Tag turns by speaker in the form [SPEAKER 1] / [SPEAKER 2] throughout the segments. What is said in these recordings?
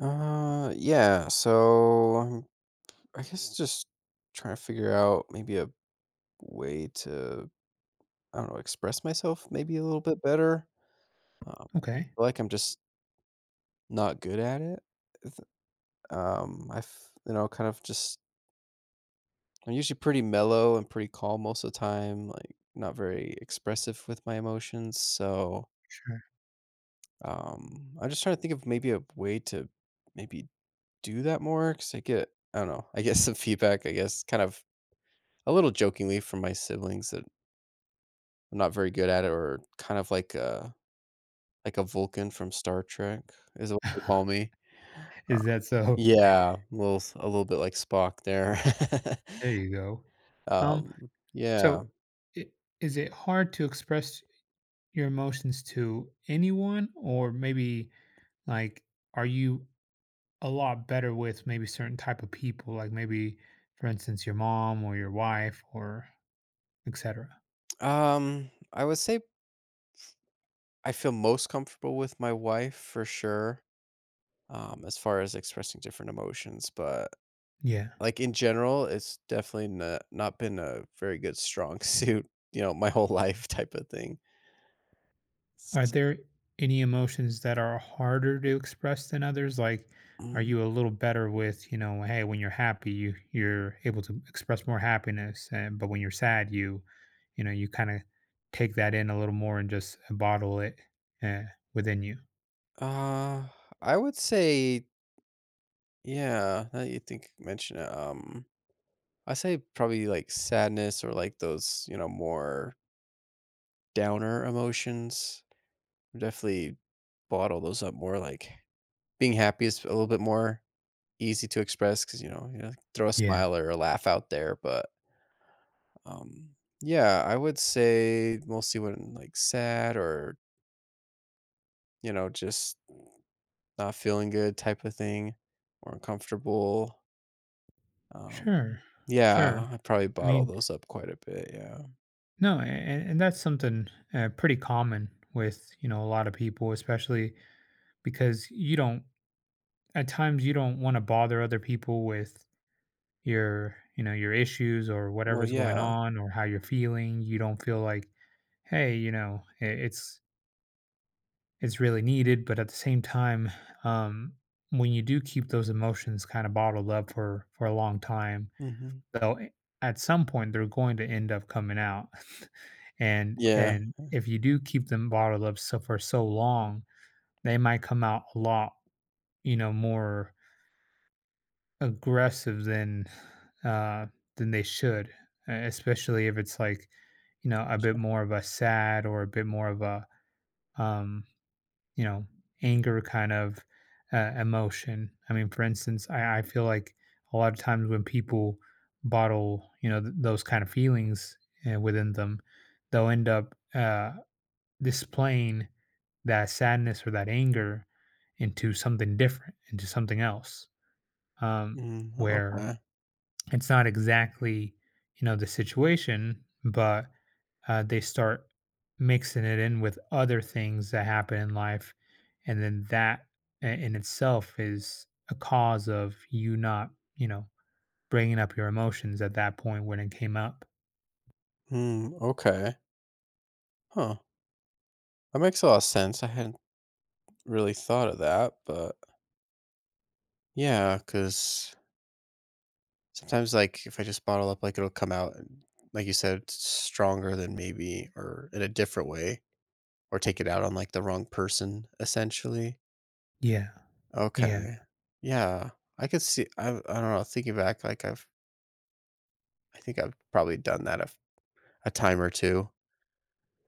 [SPEAKER 1] Yeah. So I guess just trying to figure out maybe a way to, I don't know, express myself maybe a little bit better. Um,
[SPEAKER 2] Okay,
[SPEAKER 1] Feel like I'm just not good at it. Th- Um, I, f- you know, kind of just, I'm usually pretty mellow and pretty calm most of the time, like not very expressive with my emotions. So,
[SPEAKER 2] sure.
[SPEAKER 1] I'm just trying to think of maybe a way to maybe do that more because I don't know, I get some feedback, I guess, kind of a little jokingly from my siblings that I'm not very good at it or kind of like a Vulcan from Star Trek is what they call me.
[SPEAKER 2] Is that so?
[SPEAKER 1] Yeah, a little bit like Spock there.
[SPEAKER 2] There you go. Um,
[SPEAKER 1] um, yeah.
[SPEAKER 2] so I is it hard to express your emotions to anyone or maybe like are you a lot better with maybe certain type of people like maybe for instance your mom or your wife or etc.?
[SPEAKER 1] I would say I feel most comfortable with my wife for sure. As far as expressing different emotions, but
[SPEAKER 2] Yeah.
[SPEAKER 1] like in general, it's definitely not been a very good strong suit, my whole life type of thing.
[SPEAKER 2] Are
[SPEAKER 1] S-
[SPEAKER 2] there any emotions that are harder to express than others? Like, are
[SPEAKER 1] mm,
[SPEAKER 2] you a little better with, hey, when you're happy, you're able to express more happiness, and but when you're sad, you, you kind of take that in a little more and just bottle it uh, within you.
[SPEAKER 1] Uh, I would say, yeah, now that you think mention it, I say probably like sadness or like those, more downer emotions. Definitely bottle those up more. Like being happy is a little bit more easy to express because throw a
[SPEAKER 2] Yeah.
[SPEAKER 1] smile or a laugh out there. But um, yeah, I would say mostly when like sad or just not feeling good type of thing or uncomfortable. Um,
[SPEAKER 2] Sure, sure.
[SPEAKER 1] yeah, I probably
[SPEAKER 2] I
[SPEAKER 1] bought all
[SPEAKER 2] mean,
[SPEAKER 1] those up quite a bit, yeah.
[SPEAKER 2] no, and that's something pretty common with a lot of people, especially because you don't at times you don't want to bother other people with your your issues or
[SPEAKER 1] Well,
[SPEAKER 2] whatever's going
[SPEAKER 1] yeah,
[SPEAKER 2] on or how you're feeling. You don't feel like hey it's really needed, but at the same time um when you do keep those emotions kind of bottled up for a long time,
[SPEAKER 1] mhm.
[SPEAKER 2] they'll at some point they're going to end up coming out
[SPEAKER 1] Yeah,
[SPEAKER 2] and if you do keep them bottled up so for so long, they might come out a lot, you know, more aggressive uh than they should. Especially if it's like, you know, a bit
[SPEAKER 1] sure.
[SPEAKER 2] more of a sad or a bit more of a um you know anger kind of emotion. I mean, for instance, I feel like a lot of times when people bottle, those kind of feelings within them, they'll end up displaying that sadness or that anger into something different, into something else. um
[SPEAKER 1] Mm,
[SPEAKER 2] where
[SPEAKER 1] okay.
[SPEAKER 2] it's not exactly, you know, the situation, but they start mixing it in with other things that happen in life, and then that in itself is a cause of you not, you know, bringing up your emotions at that point when it came up.
[SPEAKER 1] Mm, okay. Huh, that makes a lot of sense, I hadn't really thought of that, but yeah, because sometimes, like, if I just bottle up, like, it'll come out and like you said, stronger than maybe or in a different way, or take it out on, like, the wrong person, essentially.
[SPEAKER 2] Yeah, yeah.
[SPEAKER 1] Okay. Yeah, I could see I don't know, thinking back, like, I think I've probably done that a time or two.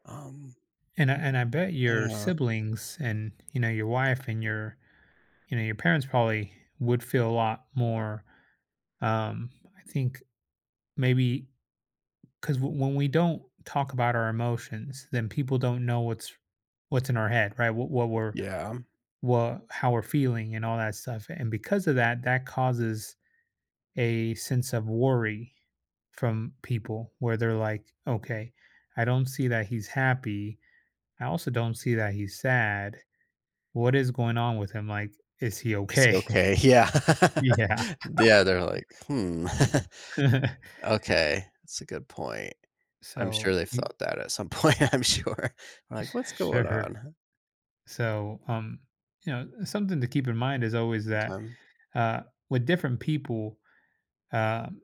[SPEAKER 1] Um,
[SPEAKER 2] And I bet your
[SPEAKER 1] yeah.
[SPEAKER 2] siblings and, you know, your wife and your, you know, your parents probably would feel a lot more um I think maybe. Because when we don't talk about our emotions, then people don't know what's in our head, right? What we're
[SPEAKER 1] Yeah.
[SPEAKER 2] what how we're feeling and all that stuff. And because of that, that causes a sense of worry from people where they're like, okay, I don't see that he's happy. I also don't see that he's sad. What is going on with him? Like, is he
[SPEAKER 1] "Is he
[SPEAKER 2] okay?
[SPEAKER 1] okay?" Yeah.
[SPEAKER 2] Yeah.
[SPEAKER 1] Yeah, they're like, "Hmm, okay, that's a good point." I'm sure
[SPEAKER 2] So,
[SPEAKER 1] they've
[SPEAKER 2] you-
[SPEAKER 1] thought that at some point, I'm sure. We're like, "What's going
[SPEAKER 2] sure.
[SPEAKER 1] on?"
[SPEAKER 2] So, you know, something to keep in mind is always that
[SPEAKER 1] Um,
[SPEAKER 2] uh, with different people, um,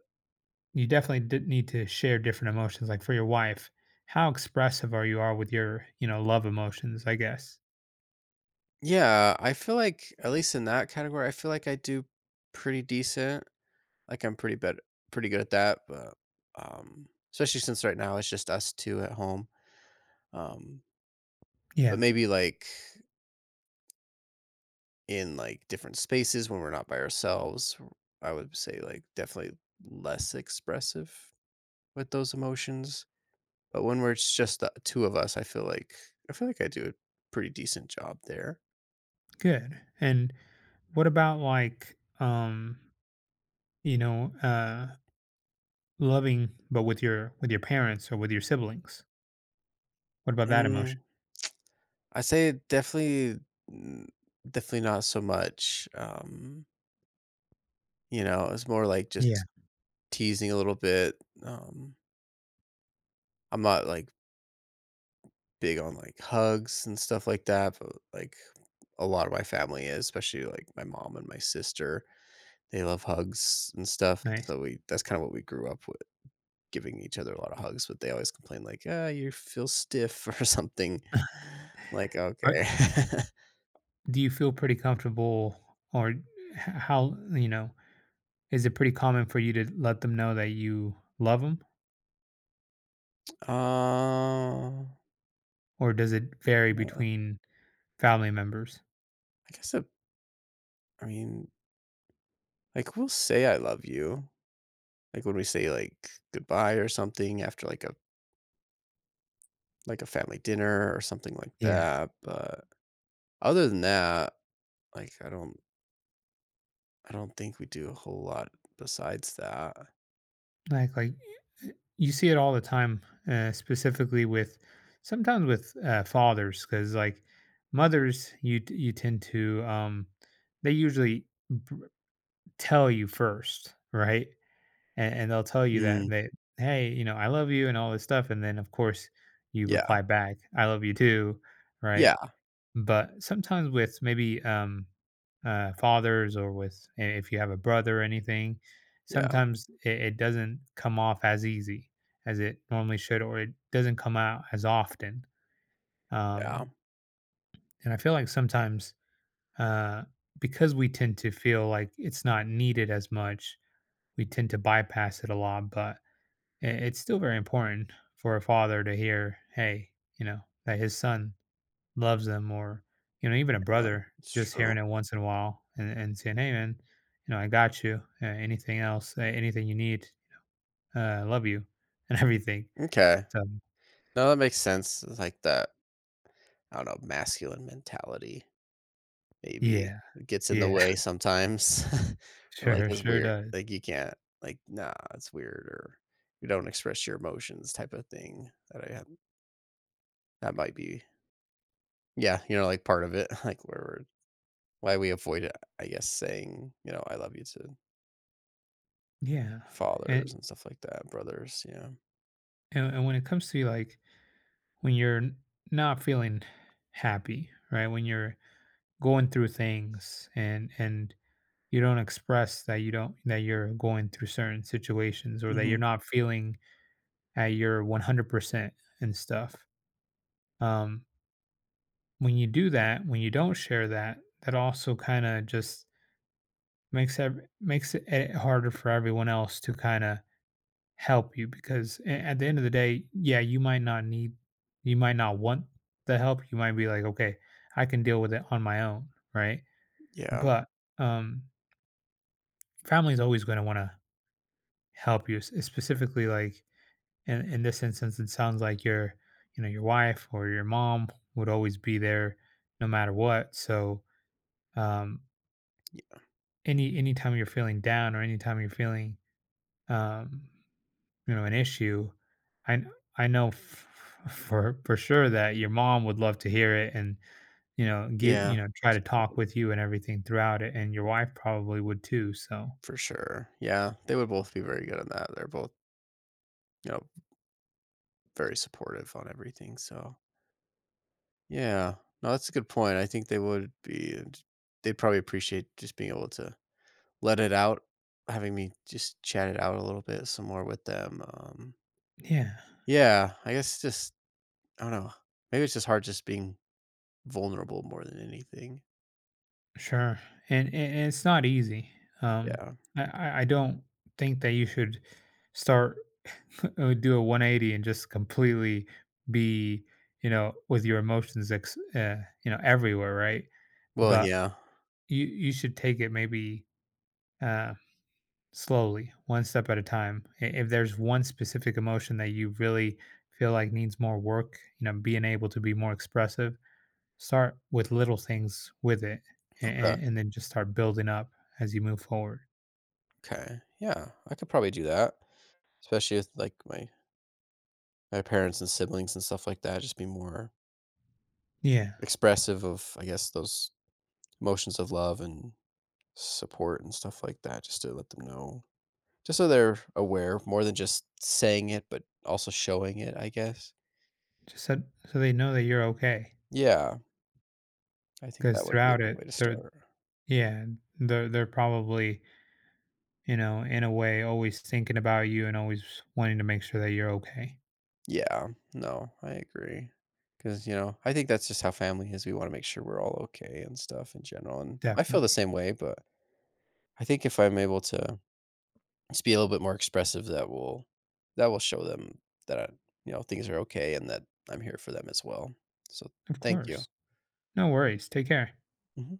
[SPEAKER 2] you definitely did need to share different emotions. Like for your wife, how expressive are you are with your, you know, love emotions? I guess.
[SPEAKER 1] yeah, I feel like, at least in that category, I feel like I do pretty decent. Like, I'm pretty bad pretty good at that, but, um especially since right now it's just us two at home. Um, but
[SPEAKER 2] Yeah,
[SPEAKER 1] maybe, like in like different spaces when we're not by ourselves, I would say like definitely less expressive with those emotions. But when we're it's just the two of us, I feel like I do a pretty decent job there.
[SPEAKER 2] good. And what about like, you know, loving but with your parents or with your siblings? What about that
[SPEAKER 1] Mm,
[SPEAKER 2] emotion?
[SPEAKER 1] I say definitely, mm, definitely not so much. It's more like
[SPEAKER 2] Yeah,
[SPEAKER 1] just teasing a little bit. Um, I'm not like big on like hugs and stuff like that, but like a lot of my family is, especially like my mom and my sister. They love hugs and stuff,
[SPEAKER 2] nice.
[SPEAKER 1] so we that's kinda what we grew up with, giving each other a lot of hugs, but they always complain like, "Ah, you feel stiff," or something. Like,
[SPEAKER 2] Are,
[SPEAKER 1] "Okay."
[SPEAKER 2] do you feel pretty comfortable, or how you know? Is it pretty common for you to let them know that you love them,
[SPEAKER 1] Uh,
[SPEAKER 2] or does it vary
[SPEAKER 1] no,
[SPEAKER 2] between family members?
[SPEAKER 1] I guess a I mean, like, we'll say "I love you," like, when we say, like, goodbye or something after, like, a family dinner or something like
[SPEAKER 2] Yeah.
[SPEAKER 1] that, but other than that, like, I don't think we do a whole lot besides that.
[SPEAKER 2] Like y you see it all the time, specifically with sometimes with, fathers, because like, mothers, you tend to, they usually b tell you first, right? And they'll tell you that
[SPEAKER 1] Mm,
[SPEAKER 2] they "Hey, you know, I love you," and all this stuff, and then, of course, you
[SPEAKER 1] yeah,
[SPEAKER 2] reply back, "I love you too," right?
[SPEAKER 1] yeah,
[SPEAKER 2] But sometimes with maybe fathers or with if you have a brother or anything,
[SPEAKER 1] yeah,
[SPEAKER 2] sometimes it doesn't come off as easy as it normally should, or it doesn't come out as often.
[SPEAKER 1] yeah.
[SPEAKER 2] Um, and I feel like sometimes uh, because we tend to feel like it's not needed as much, we tend to bypass it a lot. But it's still very important for a father to hear, hey, you know, that his son loves them, or, you know, even a
[SPEAKER 1] Yeah,
[SPEAKER 2] brother
[SPEAKER 1] it's
[SPEAKER 2] just
[SPEAKER 1] true.
[SPEAKER 2] hearing it once in a while and saying, hey man, you know, I got you, anything else, anything you need, I love you and everything.
[SPEAKER 1] Okay.
[SPEAKER 2] So
[SPEAKER 1] No, that makes sense. It's like that, I don't know, masculine mentality maybe
[SPEAKER 2] yeah,
[SPEAKER 1] gets in the
[SPEAKER 2] yeah.
[SPEAKER 1] way sometimes. Or, like,
[SPEAKER 2] Sure,
[SPEAKER 1] it's weird.
[SPEAKER 2] does.
[SPEAKER 1] Like, you can't, like, nah, it's weird, or you don't express your emotions type of thing that I have. That might be, yeah, like part of it, like why we avoid it, I guess, saying, I love you to
[SPEAKER 2] Yeah. and,
[SPEAKER 1] fathers and stuff like that, brothers. Yeah.
[SPEAKER 2] and and when it comes to like when not feeling happy, right, when you're going through things, and you don't express that you don't that you're going through certain situations, or that you're
[SPEAKER 1] Hmm.
[SPEAKER 2] not feeling at your 100% and stuff. Um, when you do that, when you don't share that, that also kind of just makes it harder for everyone else to kind of help you, because at the end of the day, yeah, you might not need, you might not want the help. You might be like, okay, I can deal with it on my own, right?
[SPEAKER 1] Yeah.
[SPEAKER 2] But um, family is always going to want to help you, specifically like. And in this instance, it sounds like your, you know, your wife or your mom would always be there no matter what. So um,
[SPEAKER 1] y-
[SPEAKER 2] any anytime you're feeling down or anytime you're feeling, um, you know, an issue, I kn- I know for sure that your mom would love to hear it, and, you know, give, you
[SPEAKER 1] Yeah.
[SPEAKER 2] know, try to talk with you and everything throughout it, and your wife probably would too. So
[SPEAKER 1] For sure. Yeah, they would both be very good at that. They're both, you know, very supportive on everything, so yeah. No, that's a good point. I think they would be and they'd probably appreciate just being able to let it out, having me just chat it out a little bit some more with them.
[SPEAKER 2] yeah.
[SPEAKER 1] Yeah, I guess just I don't know. Maybe it's just hard just being vulnerable more than anything.
[SPEAKER 2] Sure, and it's not easy. Um,
[SPEAKER 1] Yeah.
[SPEAKER 2] I don't think that you should start do a 180 and just completely be, you know, with your emotions ex you know, everywhere, right?
[SPEAKER 1] Well,
[SPEAKER 2] But
[SPEAKER 1] yeah.
[SPEAKER 2] you should take it maybe uh slowly, one step at a time. I- If there's one specific emotion that you really feel like needs more work, you know, being able to be more expressive, start with little things with it,
[SPEAKER 1] Okay,
[SPEAKER 2] and then just start building up as you move forward.
[SPEAKER 1] okay. Yeah, I could probably do that, especially with, like, my parents and siblings and stuff like that, just be more
[SPEAKER 2] Yeah.
[SPEAKER 1] expressive of, I guess, those emotions of love and support and stuff like that, just to let them know. Just so they're aware more than just saying it, but also showing it, I guess.
[SPEAKER 2] Just so, so they know that you're okay.
[SPEAKER 1] Yeah, I think that
[SPEAKER 2] Because
[SPEAKER 1] would be a
[SPEAKER 2] throughout
[SPEAKER 1] good way
[SPEAKER 2] it,
[SPEAKER 1] to start.
[SPEAKER 2] yeah, they're probably, you know, in a way, always thinking about you and always wanting to make sure that you're okay.
[SPEAKER 1] Yeah, no, I agree. Because, I think that's just how family is. We want to make sure we're all okay and stuff in general. And I feel the
[SPEAKER 2] Definitely.
[SPEAKER 1] same way, but I think if I'm able to just be a little bit more expressive that will show them that things are okay and that I'm here for them as well. So,
[SPEAKER 2] Of
[SPEAKER 1] thank you.
[SPEAKER 2] course. No worries. Take care.
[SPEAKER 1] Mhm.